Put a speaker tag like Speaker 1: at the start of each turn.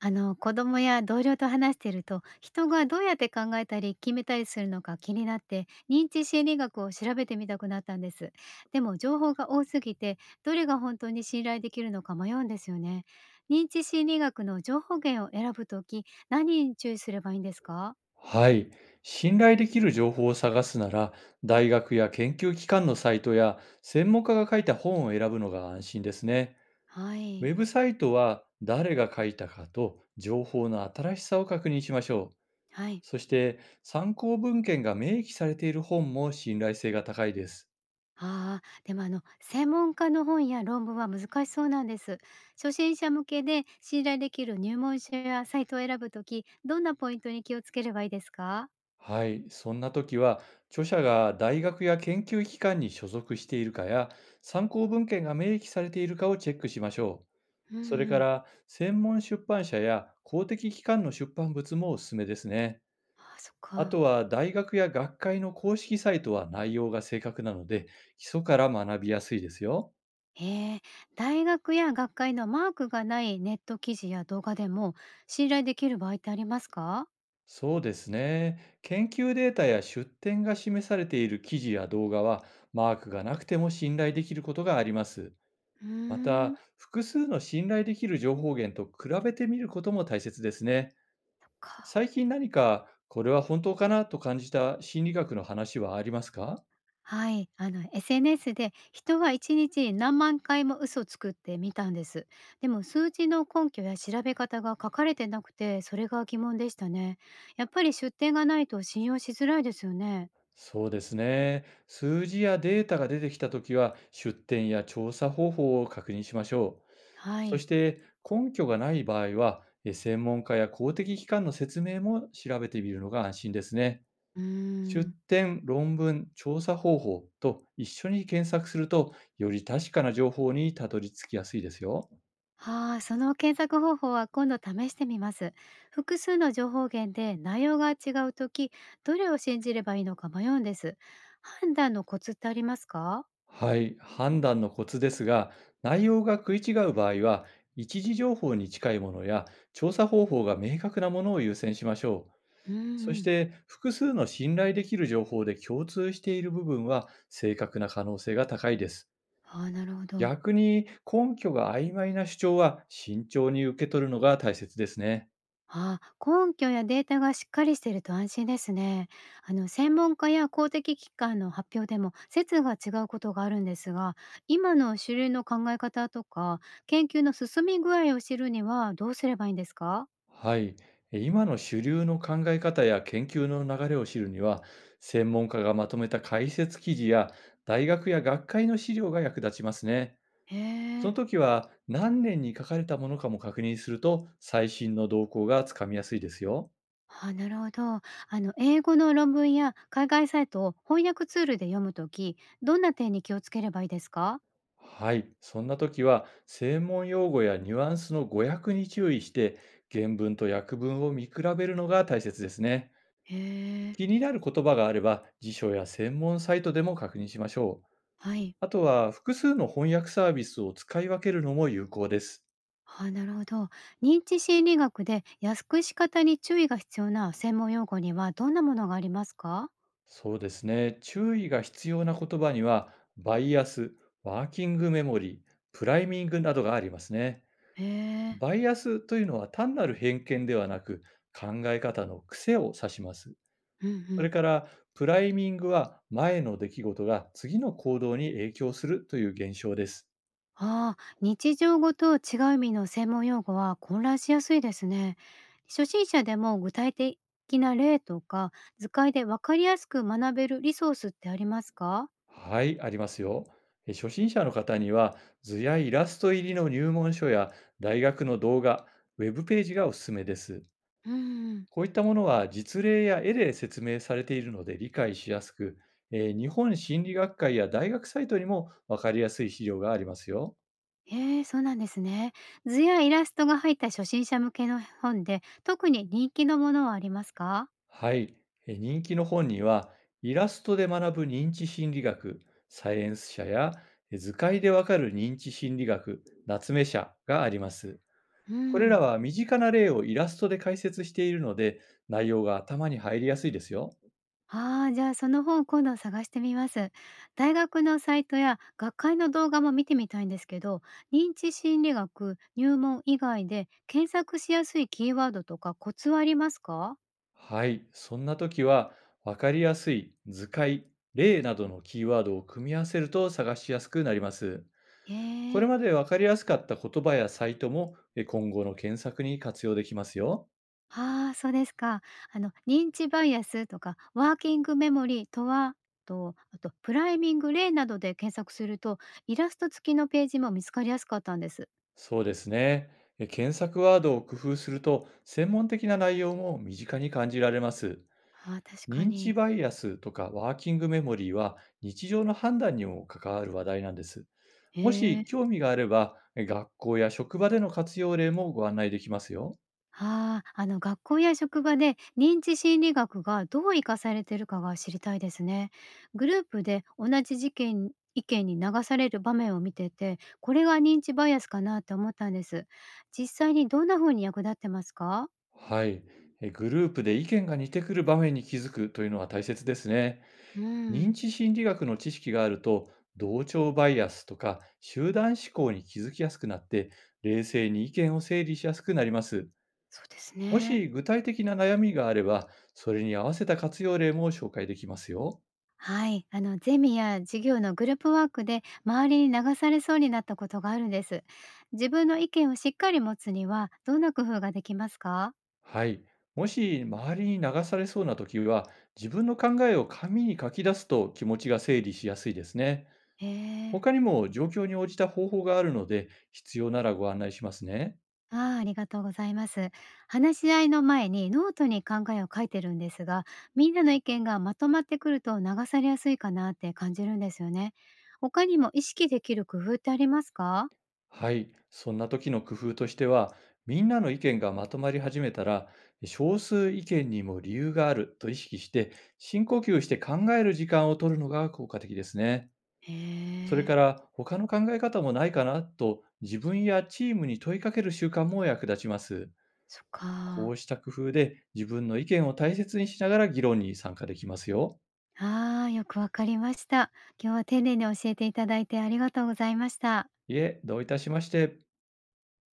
Speaker 1: 子供や同僚と話していると、人がどうやって考えたり決めたりするのか気になって、認知心理学を調べてみたくなったんです。でも情報が多すぎて、どれが本当に信頼できるのか迷うんですよね。認知心理学の情報源を選ぶとき、何に注意すればいいんですか？
Speaker 2: はい。信頼できる情報を探すなら、大学や研究機関のサイトや専門家が書いた本を選ぶのが安心ですね。
Speaker 1: は
Speaker 2: ウ
Speaker 1: い。
Speaker 2: ェブサイトは誰が書いたかと情報の新しさを確認しましょう。
Speaker 1: はい。
Speaker 2: そして参考文献が明記されている本も信頼性が高いです。
Speaker 1: ああ、でも専門家の本や論文は難しそうなんです。初心者向けで信頼できる入門書やサイトを選ぶとき、どんなポイントに気をつければいいですか？
Speaker 2: はい。そんな時は、著者が大学や研究機関に所属しているかや、参考文献が明記されているかをチェックしましょう。
Speaker 1: うん
Speaker 2: それ
Speaker 1: う
Speaker 2: か
Speaker 1: ん。
Speaker 2: ら、専門出版社や公的機関の出版物もおすすめですね。
Speaker 1: ああ、そっ
Speaker 2: あ
Speaker 1: か。
Speaker 2: とは、大学や学会の公式サイトは内容が正確なので、基礎から学びやすいですよ。
Speaker 1: ええ。大学や学会のマークがないネット記事や動画でも信頼できる場合ってありますか？
Speaker 2: そうですね。研究データや出典が示されている記事や動画は、マークがなくても信頼できることがあります。
Speaker 1: う
Speaker 2: ま
Speaker 1: ー
Speaker 2: た、
Speaker 1: ん。
Speaker 2: 複数の信頼できる情報源と比べてみることも大切ですね。
Speaker 1: そっか。
Speaker 2: 最近何か、これは本当かなと感じた心理学の話はありますか？
Speaker 1: はい、SNS で人が1日にちに何万回も嘘をつくって見たんです。でも数字の根拠や調べ方が書かれてなくて、それが疑問でしたね。やっぱり出典がないと信用しづらいですよね。
Speaker 2: そうですね。数字やデータが出てきたときは、出典や調査方法を確認しましょう。
Speaker 1: は
Speaker 2: そ
Speaker 1: い。
Speaker 2: して、根拠がない場合は、専門家や公的機関の説明も調べてみるのが安心ですね。
Speaker 1: うー
Speaker 2: 出
Speaker 1: ん。
Speaker 2: 典、論文、調査方法と一緒に検索すると、より確かな情報にたどり着きやすいですよ。
Speaker 1: はあ、その検索方法は今度試してみます。複数の情報源で内容が違うとき、どれを信じればいいのか迷うんです。判断のコツってありますか？
Speaker 2: はい、判断のコツですが、内容が食い違う場合は、一時情報に近いものや調査方法が明確なものを優先しましょう。
Speaker 1: う
Speaker 2: そ
Speaker 1: んう
Speaker 2: し
Speaker 1: ん。
Speaker 2: て、複数の信頼できる情報で共通している部分は正確な可能性が高いです。
Speaker 1: ああ、なるほど。
Speaker 2: 逆に根拠が曖昧な主張は慎重に受け取るのが大切ですね。
Speaker 1: ああ、根拠やデータがしっかりしてると安心ですね。専門家や公的機関の発表でも説が違うことがあるんですが、今の主流の考え方とか研究の進み具合を知るにはどうすればいいんですか？
Speaker 2: はい。今の主流の考え方や研究の流れを知るには、専門家がまとめた解説記事や大学や学会の資料が役立ちますね。
Speaker 1: へ
Speaker 2: そ
Speaker 1: え、
Speaker 2: の時は何年に書かれたものかも確認すると最新の動向がつかみやすいですよ。
Speaker 1: あ、なるほど。英語の論文や海外サイトを翻訳ツールで読むとき、どんな点に気をつければいいですか？
Speaker 2: はい。そんな時は専門用語やニュアンスの語訳に注意して原文と訳文を見比べるのが大切ですね。
Speaker 1: へえ。
Speaker 2: 気になる言葉があれば辞書や専門サイトでも確認しましょう。
Speaker 1: はい。
Speaker 2: あとは複数の翻訳サービスを使い分けるのも有効です。
Speaker 1: ああ、なるほど。認知心理学で安くし方に注意が必要な専門用語にはどんなものがありますか？
Speaker 2: そうですね。注意が必要な言葉には、バイアス、ワーキングメモリー、プライミングなどがありますね。
Speaker 1: へえ、
Speaker 2: バイアスというのは単なる偏見ではなく、考え方の癖を指します。
Speaker 1: うんう
Speaker 2: それ
Speaker 1: ん。
Speaker 2: から、プライミングは前の出来事が次の行動に影響するという現象です。
Speaker 1: ああ、日常語と違う意味の専門用語は混乱しやすいですね。初心者でも具体的な例とか図解で分かりやすく学べるリソースってありますか？
Speaker 2: はい、ありますよ。初心者の方には図やイラスト入りの入門書や大学の動画、ウェブページがおすすめです。
Speaker 1: うんうん。
Speaker 2: こういったものは実例や絵で説明されているので理解しやすく、日本心理学会や大学サイトにも分かりやすい資料がありますよ。
Speaker 1: へえ、そうなんですね。図やイラストが入った初心者向けの本で特に人気のものはありますか？
Speaker 2: はい、人気の本にはイラストで学ぶ認知心理学、サイエンス社や図解でわかる認知心理学、夏目社があります。
Speaker 1: う
Speaker 2: これら
Speaker 1: ん。
Speaker 2: は身近な例をイラストで解説しているので、内容が頭に入りやすいですよ。
Speaker 1: ああ、じゃあ、その本今度探してみます。大学のサイトや学会の動画も見てみたいんですけど、認知心理学入門以外で検索しやすいキーワードとかコツはありますか？
Speaker 2: はい、そんな時は、わかりやすい、図解、例などのキーワードを組み合わせると探しやすくなります。
Speaker 1: へ
Speaker 2: こ
Speaker 1: え。
Speaker 2: れまでわかりやすかった言葉やサイトも今後の検索に活用できますよ。
Speaker 1: ああ、そうですか。認知バイアスとか、ワーキングメモリーとは、と、あと、プライミング例などで検索すると、イラスト付きのページも見つかりやすかったんです。
Speaker 2: そうですね。検索ワードを工夫すると、専門的な内容も身近に感じられます。
Speaker 1: ああ、確か
Speaker 2: 認知
Speaker 1: に。
Speaker 2: バイアスとかワーキングメモリーは日常の判断にも関わる話題なんです。
Speaker 1: へ
Speaker 2: もし
Speaker 1: え。
Speaker 2: 興味があれば、学校や職場での活用例もご案内できますよ。
Speaker 1: ああ、学校や職場で認知心理学がどう生かされているかが知りたいですね。グループで同じ事件意見に流される場面を見てて、これが認知バイアスかなって思ったんです。実際にどんな風に役立ってますか？
Speaker 2: はい。グループで意見が似てくる場面に気づくというのは大切ですね。
Speaker 1: う
Speaker 2: 認
Speaker 1: ん、
Speaker 2: 知心理学の知識があると、同調バイアスとか集団思考に気づきやすくなって、冷静に意見を整理しやすくなります。
Speaker 1: そうです
Speaker 2: も
Speaker 1: ね。
Speaker 2: し具体的な悩みがあれば、それに合わせた活用例も紹介できますよ。
Speaker 1: はい、ゼミや授業のグループワークで周りに流されそうになったことがあるんです。自分の意見をしっかり持つにはどんな工夫ができますか？
Speaker 2: はい。もし周りに流されそうな時は、自分の考えを紙に書き出すと気持ちが整理しやすいですね。
Speaker 1: へえ。
Speaker 2: 他にも状況に応じた方法があるので、必要ならご案内しますね。
Speaker 1: ああ、ありがとうございます。話し合いの前にノートに考えを書いてるんですが、みんなの意見がまとまってくると流されやすいかなって感じるんですよね。他にも意識できる工夫ってありますか？
Speaker 2: はい。そんな時の工夫としては、みんなの意見がまとまり始めたら、少数意見にも理由があると意識して、深呼吸して考える時間を取るのが効果的ですね。
Speaker 1: へ
Speaker 2: それ
Speaker 1: え、
Speaker 2: から、他の考え方もないかなと自分やチームに問いかける習慣も役立ちます。
Speaker 1: そっ
Speaker 2: こ
Speaker 1: か。
Speaker 2: うした工夫で自分の意見を大切にしながら議論に参加できますよ。
Speaker 1: ああ、よくわかりました。今日は丁寧に教えていただいてありがとうございました。
Speaker 2: いえ、どういたしまして。